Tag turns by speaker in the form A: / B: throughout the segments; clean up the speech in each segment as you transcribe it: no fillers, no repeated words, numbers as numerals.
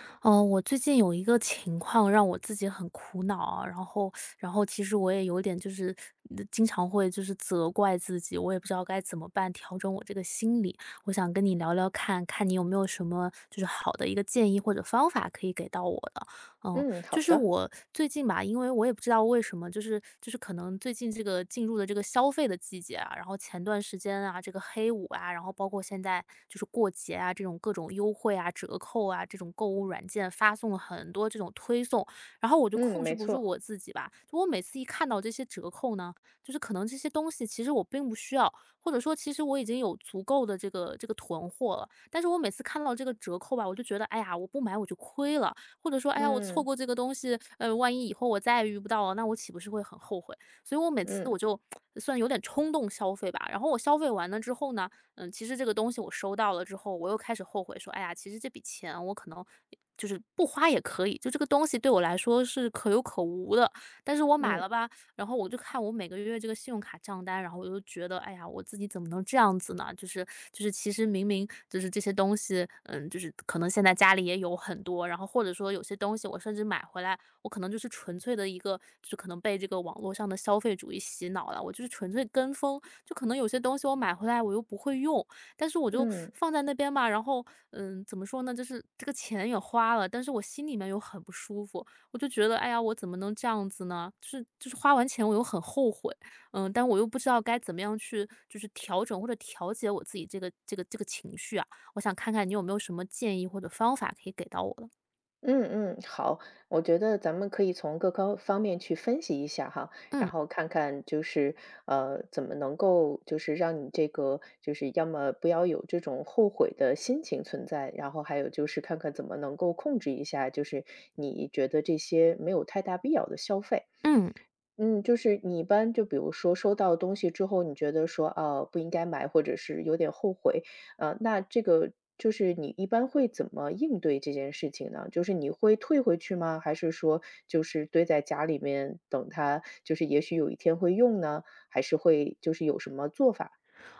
A: 我最近有一个情况让我自己很苦恼啊，然后其实我也有点就是经常会就是责怪自己，我也不知道该怎么办调整我这个心理。我想跟你聊聊看，看你有没有什么就是好的一个建议或者方法可以给到我的。嗯，
B: 嗯，
A: 就
B: 好
A: 是
B: 的，
A: 我最近吧，因为我也不知道为什么，就是可能最近这个进入的这个消费的季节啊，然后前段时间啊，这个黑五啊，然后包括现在就是过节啊，这种各种优惠啊、折扣啊，这种购物软件发送了很多这种推送，然后我就
B: 嗯，
A: 控制
B: 没
A: 不住
B: 错，
A: 我自己吧，就我每次一看到这些折扣呢，就是可能这些东西其实我并不需要，或者说其实我已经有足够的这个囤货了，但是我每次看到这个折扣吧，我就觉得哎呀，我不买我就亏了，或者说，哎呀，我错
B: 嗯
A: 过这个东西，万一以后我再也遇不到了，那我岂不是会很后悔？所以我每次
B: 嗯
A: 我就算有点冲动消费吧，然后我消费完了之后呢，嗯，其实这个东西我收到了之后，我又开始后悔说，哎呀，其实这笔钱我可能就是不花也可以，就这个东西对我来说是可有可无的，但是我买
B: 嗯
A: 了吧，然后我就看我每个月这个信用卡账单，然后我就觉得，哎呀，我自己怎么能这样子呢？就是其实明明就是这些东西，嗯，就是可能现在家里也有很多，然后或者说有些东西我甚至买回来，我可能就是纯粹的一个，就是可能被这个网络上的消费主义洗脑了，我就是纯粹跟风，就可能有些东西我买回来我又不会用，但是我就
B: 嗯
A: 放在那边嘛，然后嗯，怎么说呢，就是这个钱也花了，但是我心里面又很不舒服，我就觉得，哎呀，我怎么能这样子呢？就是花完钱我又很后悔，嗯，但我又不知道该怎么样去就是调整或者调节我自己这个情绪啊。我想看看你有没有什么建议或者方法可以给到我的。
B: 嗯嗯，好，我觉得咱们可以从各个方面去分析一下哈，然
A: 嗯。
B: 后看看怎么能够就是让你这个就是要么不要有这种后悔的心情存在，然后还有就是看看怎么能够控制一下，就是你觉得这些没有太大必要的消费。
A: 嗯
B: 嗯，就是你一般就比如说收到东西之后，你觉得说，啊，不应该买，或者是有点后悔，那这个就是你一般会怎么应对这件事情呢？就是你会退回去吗？还是说就是堆在家里面等它，就是也许有一天会用呢？还是会就是有什么做法？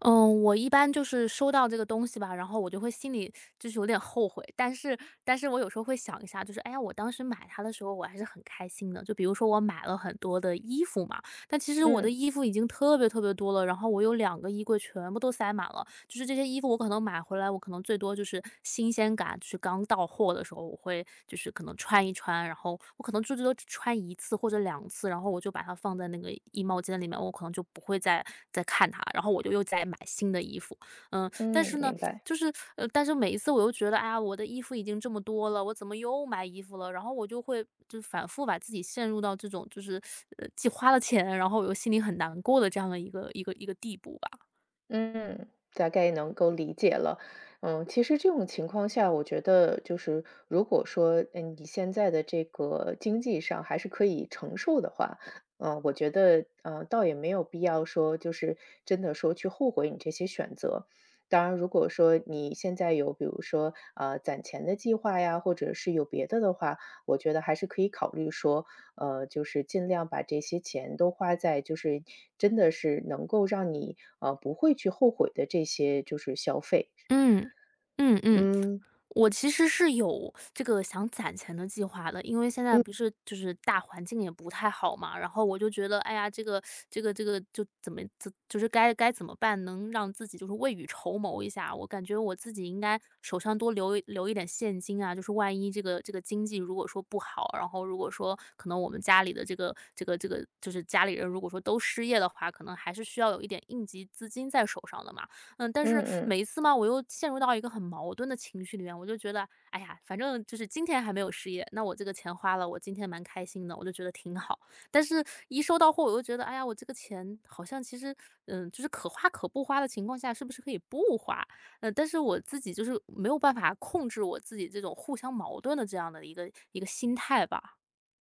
A: 嗯，我一般就是收到这个东西吧，然后我就会心里就是有点后悔，但是我有时候会想一下，就是哎呀，我当时买它的时候我还是很开心的。就比如说我买了很多的衣服嘛，但其实我的
B: 嗯，
A: 衣服已经特别特别多了，然后我有两个衣柜全部都塞满了，就是这些衣服我可能买回来，我可能最多就是新鲜感，就是刚到货的时候，我会就是可能穿一穿，然后我可能最多只穿一次或者两次，然后我就把它放在那个衣帽间里面，我可能就不会再看它，然后我就又再买新的衣服。嗯，但
B: 嗯，
A: 是呢，
B: 明白。
A: 但是每一次我又觉得，哎呀，我的衣服已经这么多了，我怎么又买衣服了？然后我就会就反复把自己陷入到这种就是既花了钱，然后我又心里很难过的这样的一个地步吧。
B: 嗯，大概能够理解了。嗯，其实这种情况下，我觉得就是如果说，嗯，你现在的这个经济上还是可以承受的话，嗯，我觉得，倒也没有必要说，就是真的说去后悔你这些选择。当然，如果说你现在有，比如说，攒钱的计划呀，或者是有别的的话，我觉得还是可以考虑说，就是尽量把这些钱都花在就是真的是能够让你，不会去后悔的这些就是消费。
A: 嗯嗯嗯。
B: 嗯，
A: 我其实是有这个想攒钱的计划的，因为现在
B: 嗯。
A: 不是就是大环境也不太好嘛，然后我就觉得，哎呀，这个就怎么怎就是该怎么办，能让自己就是未雨绸缪一下。我感觉我自己应该手上多留一点现金啊，就是万一这个经济如果说不好，然后如果说可能我们家里的这个就是家里人如果说都失业的话，可能还是需要有一点应急资金在手上的嘛。嗯，但
B: 嗯
A: 是
B: 嗯。
A: 每一次嘛，我又陷入到一个很矛盾的情绪里面，我就觉得，哎呀，反正就是今天还没有失业，那我这个钱花了，我今天蛮开心的，我就觉得挺好。但是，一收到货，我又觉得，哎呀，我这个钱好像其实，嗯，就是可花可不花的情况下，是不是可以不花？但是我自己就是没有办法控制我自己这种互相矛盾的这样的一个心态吧。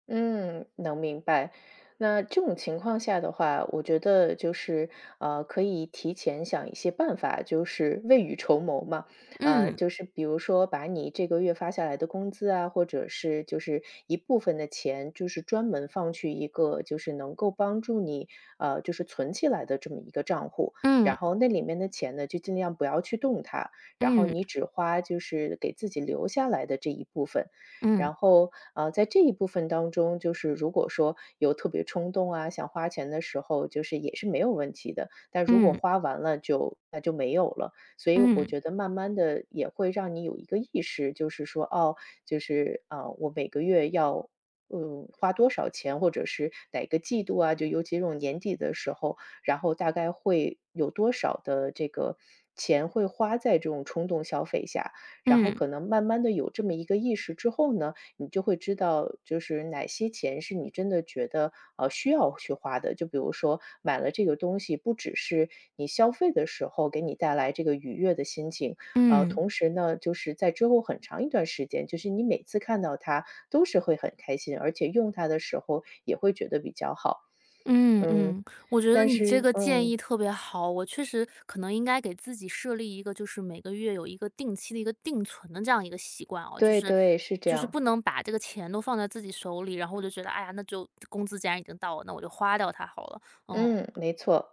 B: 嗯，能明白。那这种情况下的话，我觉得就是可以提前想一些办法，就是未雨绸缪嘛。呃，
A: 嗯
B: 就是比如说把你这个月发下来的工资啊，或者是就是一部分的钱，就是专门放去一个就是能够帮助你就是存起来的这么一个账户。然
A: 嗯
B: 后那里面的钱呢，就尽量不要去动它，然后
A: 嗯
B: 你只花就是给自己留下来的这一部分。
A: 嗯
B: 然后，在这一部分当中，就是如果说有特别冲动啊，想花钱的时候，就是也是没有问题的。但如果
A: 嗯
B: 花完了就那就没有了，所以我
A: 嗯
B: 觉得慢慢的也会让你有一个意识，就是说，哦，我每个月要。嗯，花多少钱，或者是哪个季度啊？就尤其这种年底的时候，然后大概会有多少的这个钱会花在这种冲动消费下？然后
A: 嗯
B: 可能慢慢的有这么一个意识之后呢，你就会知道就是哪些钱是你真的觉得，需要去花的。就比如说买了这个东西，不只是你消费的时候给你带来这个愉悦的心情，
A: 嗯。
B: 同时呢，就是在之后很长一段时间，就是你每次看到它都是会很开心，而且用它的时候也会觉得比较好。
A: 嗯
B: 嗯，
A: 嗯，我觉得
B: 但
A: 你这
B: 是
A: 个建
B: 嗯，
A: 议特别好，我确实可能应该给自己设立一个，就是每个月有一个定期的一个定存的这样一个习惯哦，就
B: 对
A: 是
B: 对，是这
A: 就是
B: 样。
A: 不能把这个钱都放在自己手里，然后我就觉得，哎呀，那就工资既然已经到了，那我就花掉它好了。哦，
B: 嗯，没错。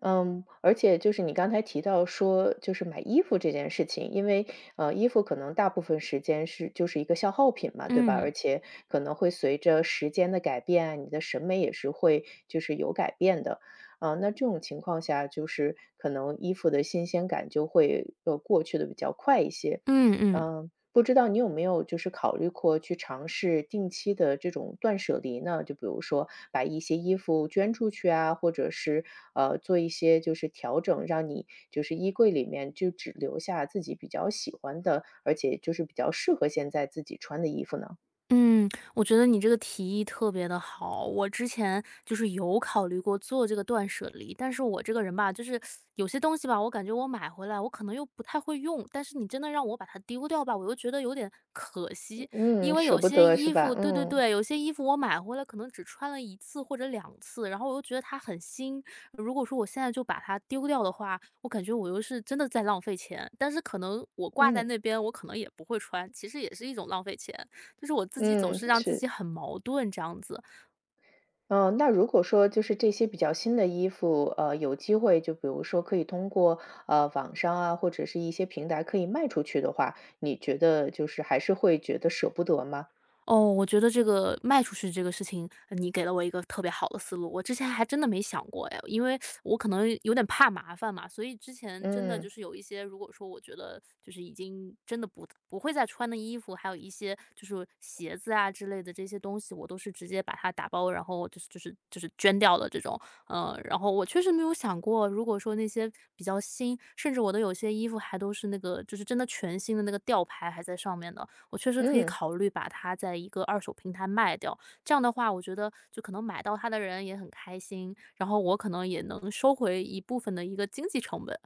B: 嗯，而且就是你刚才提到说，就是买衣服这件事情，因为衣服可能大部分时间是就是一个消耗品嘛，对吧？
A: 嗯
B: 而且可能会随着时间的改变啊你的审美也是会就是有改变的。呃，那这种情况下，就是可能衣服的新鲜感就会过去的比较快一些。
A: 嗯嗯。
B: 嗯、不知道你有没有就是考虑过去尝试定期的这种断舍离呢？就比如说把一些衣服捐出去啊，或者是做一些就是调整，让你就是衣柜里面就只留下自己比较喜欢的，而且就是比较适合现在自己穿的衣服呢？
A: 嗯，我觉得你这个提议特别的好。我之前就是有考虑过做这个断舍离，但是我这个人吧，就是有些东西吧，我感觉我买回来我可能又不太会用，但是你真的让我把它丢掉吧，我又觉得有点可惜。因
B: 嗯，
A: 为
B: 舍
A: 有
B: 不
A: 些
B: 得是
A: 衣
B: 吧？
A: 服对对
B: 嗯
A: 对，有些衣服我买回来可能只穿了一次或者两次，然后我又觉得它很新。如果说我现在就把它丢掉的话，我感觉我又是真的在浪费钱，但是可能我挂在
B: 嗯
A: 那边，我可能也不会穿，其实也是一种浪费钱。就是我自己总是
B: 嗯，
A: 让自己
B: 是。
A: 很矛盾这样子。
B: 嗯，那如果说就是这些比较新的衣服，有机会就比如说可以通过网上啊，或者是一些平台可以卖出去的话，你觉得就是还是会觉得舍不得吗？
A: 哦，我觉得这个卖出去这个事情，你给了我一个特别好的思路。我之前还真的没想过哎，因为我可能有点怕麻烦嘛，所以之前真的就
B: 嗯
A: 是有一些，如果说我觉得就是已经真的不会再穿的衣服，还有一些就是鞋子啊之类的这些东西，我都是直接把它打包，然后就是捐掉的这种。然后我确实没有想过，如果说那些比较新，甚至我的有些衣服还都是那个就是真的全新的那个吊牌还在上面的。我确实可以
B: 嗯。
A: 考虑把它在一个二手平台卖掉。这样的话，我觉得就可能买到它的人也很开心，然后我可能也能收回一部分的一个经济成本。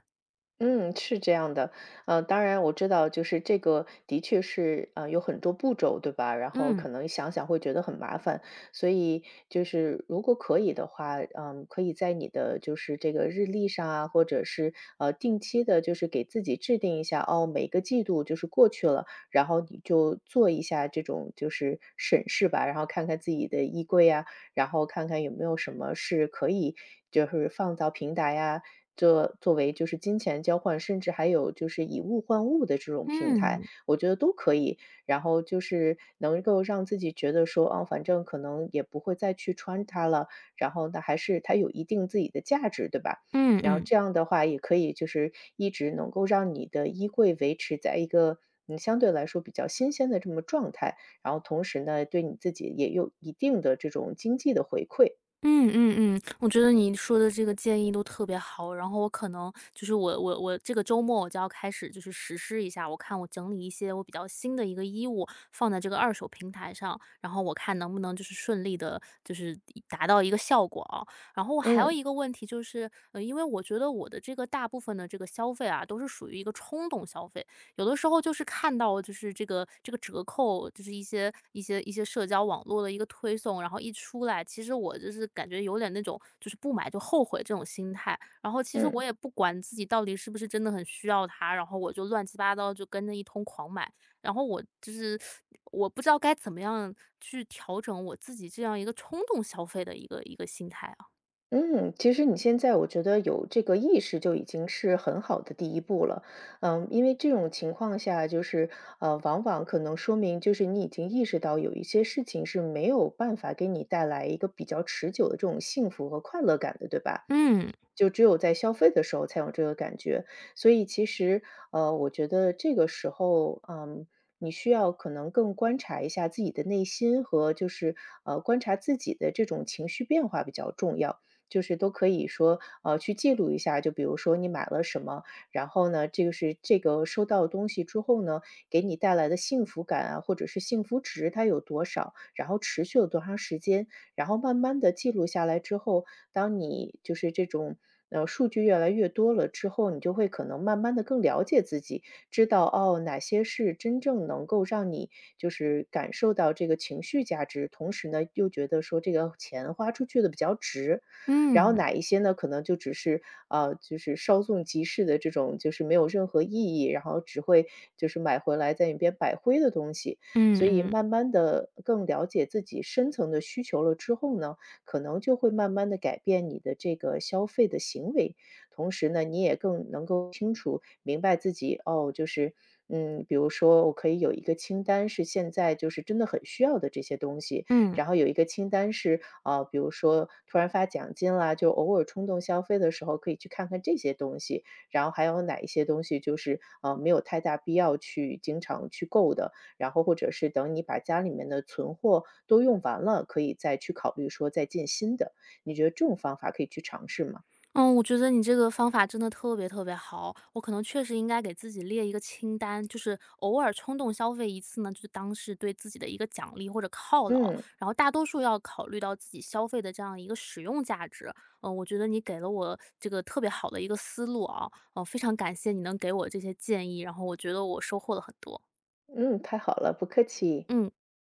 B: 嗯，是这样的，当然我知道，就是这个的确是，有很多步骤，对吧？然后
A: 嗯。
B: 可能想想会觉得很麻烦，所以就是如果可以的话，嗯，可以在你的就是这个日历上啊，或者是定期的，就是给自己制定一下，哦，每个季度就是过去了，然后你就做一下这种就是审视吧，然后看看自己的衣柜啊。然后看看有没有什么是可以就是放到平台呀，这作为就是金钱交换，甚至还有就是以物换物的这种平台，
A: 嗯
B: 我觉得都可以。然后就是能够让自己觉得说，啊，反正可能也不会再去穿它了，然后呢，还是它有一定自己的价值，对吧？
A: 嗯
B: 然后
A: 嗯。
B: 这样的话也可以就是一直能够让你的衣柜维持在一个嗯相对来说比较新鲜的这么状态。然后同时呢，对你自己也有一定的这种经济的回馈。
A: 嗯嗯嗯，我觉得你说的这个建议都特别好，然后我可能就是我这个周末我就要开始就是实施一下，我看我整理一些我比较新的一个衣物放在这个二手平台上，然后我看能不能就是顺利的，就是达到一个效果啊。然后我还有
B: 嗯，
A: 一个问题就是，因为我觉得我的这个大部分的这个消费啊，都是属于一个冲动消费。有的时候就是看到就是这个折扣，就是一些社交网络的一个推送，然后一出来，其实我就是感觉有点那种就是不买就后悔这种心态。然后其实我
B: 嗯。
A: 也不管自己到底是不是真的很需要它，然后我就乱七八糟就跟着一通狂买。然后我就是我不知道该怎么样去调整我自己这样一个冲动消费的一个心态啊。
B: 嗯，其实你现在我觉得有这个意识就已经是很好的第一步了。嗯，因为这种情况下，就是往往可能说明就是你已经意识到有一些事情是没有办法给你带来一个比较持久的这种幸福和快乐感的，对吧？
A: 嗯
B: 就只有在消费的时候才有这个感觉。所以其实我觉得这个时候，嗯。你需要可能更观察一下自己的内心和就是观察自己的这种情绪变化比较重要。就是都可以说，去记录一下，就比如说你买了什么，然后呢，这个是这个收到东西之后呢，给你带来的幸福感啊，或者是幸福值它有多少，然后持续了多长时间，然后慢慢的记录下来之后，当你就是这种。数据越来越多了之后，你就会可能慢慢的更了解自己，知道哦哪些是真正能够让你就是感受到这个情绪价值，同时呢又觉得说这个钱花出去的比较值，然后
A: 嗯
B: 哪一些呢，可能就只是就是稍纵即逝的这种，就是没有任何意义，然后只会就是买回来在那边摆灰的东西。
A: 嗯
B: 所以
A: 嗯
B: 慢慢的更了解自己深层的需求了之后呢，可能就会慢慢的改变你的这个消费的行为。同时呢，你也更能够清楚明白自己，哦，就是，嗯，比如说我可以有一个清单是现在就是真的很需要的这些东西，
A: 嗯。
B: 然后有一个清单是，比如说突然发奖金啦，就偶尔冲动消费的时候可以去看看这些东西，然后还有哪一些东西就是没有太大必要去经常去购的，然后或者是等你把家里面的存货都用完了，可以再去考虑说再进新的。你觉得这种方法可以去尝试吗？
A: 嗯，我觉得你这个方法真的特别特别好，我可能确实应该给自己列一个清单，就是偶尔冲动消费一次呢，就当是对自己的一个奖励或者犒劳，
B: 嗯
A: 然后大多数要考虑到自己消费的这样一个使用价值。嗯，我觉得你给了我这个特别好的一个思路啊，嗯，非常感谢你能给我这些建议，然后我觉得我收获了很多。
B: 嗯，太好了，不客气。
A: 嗯。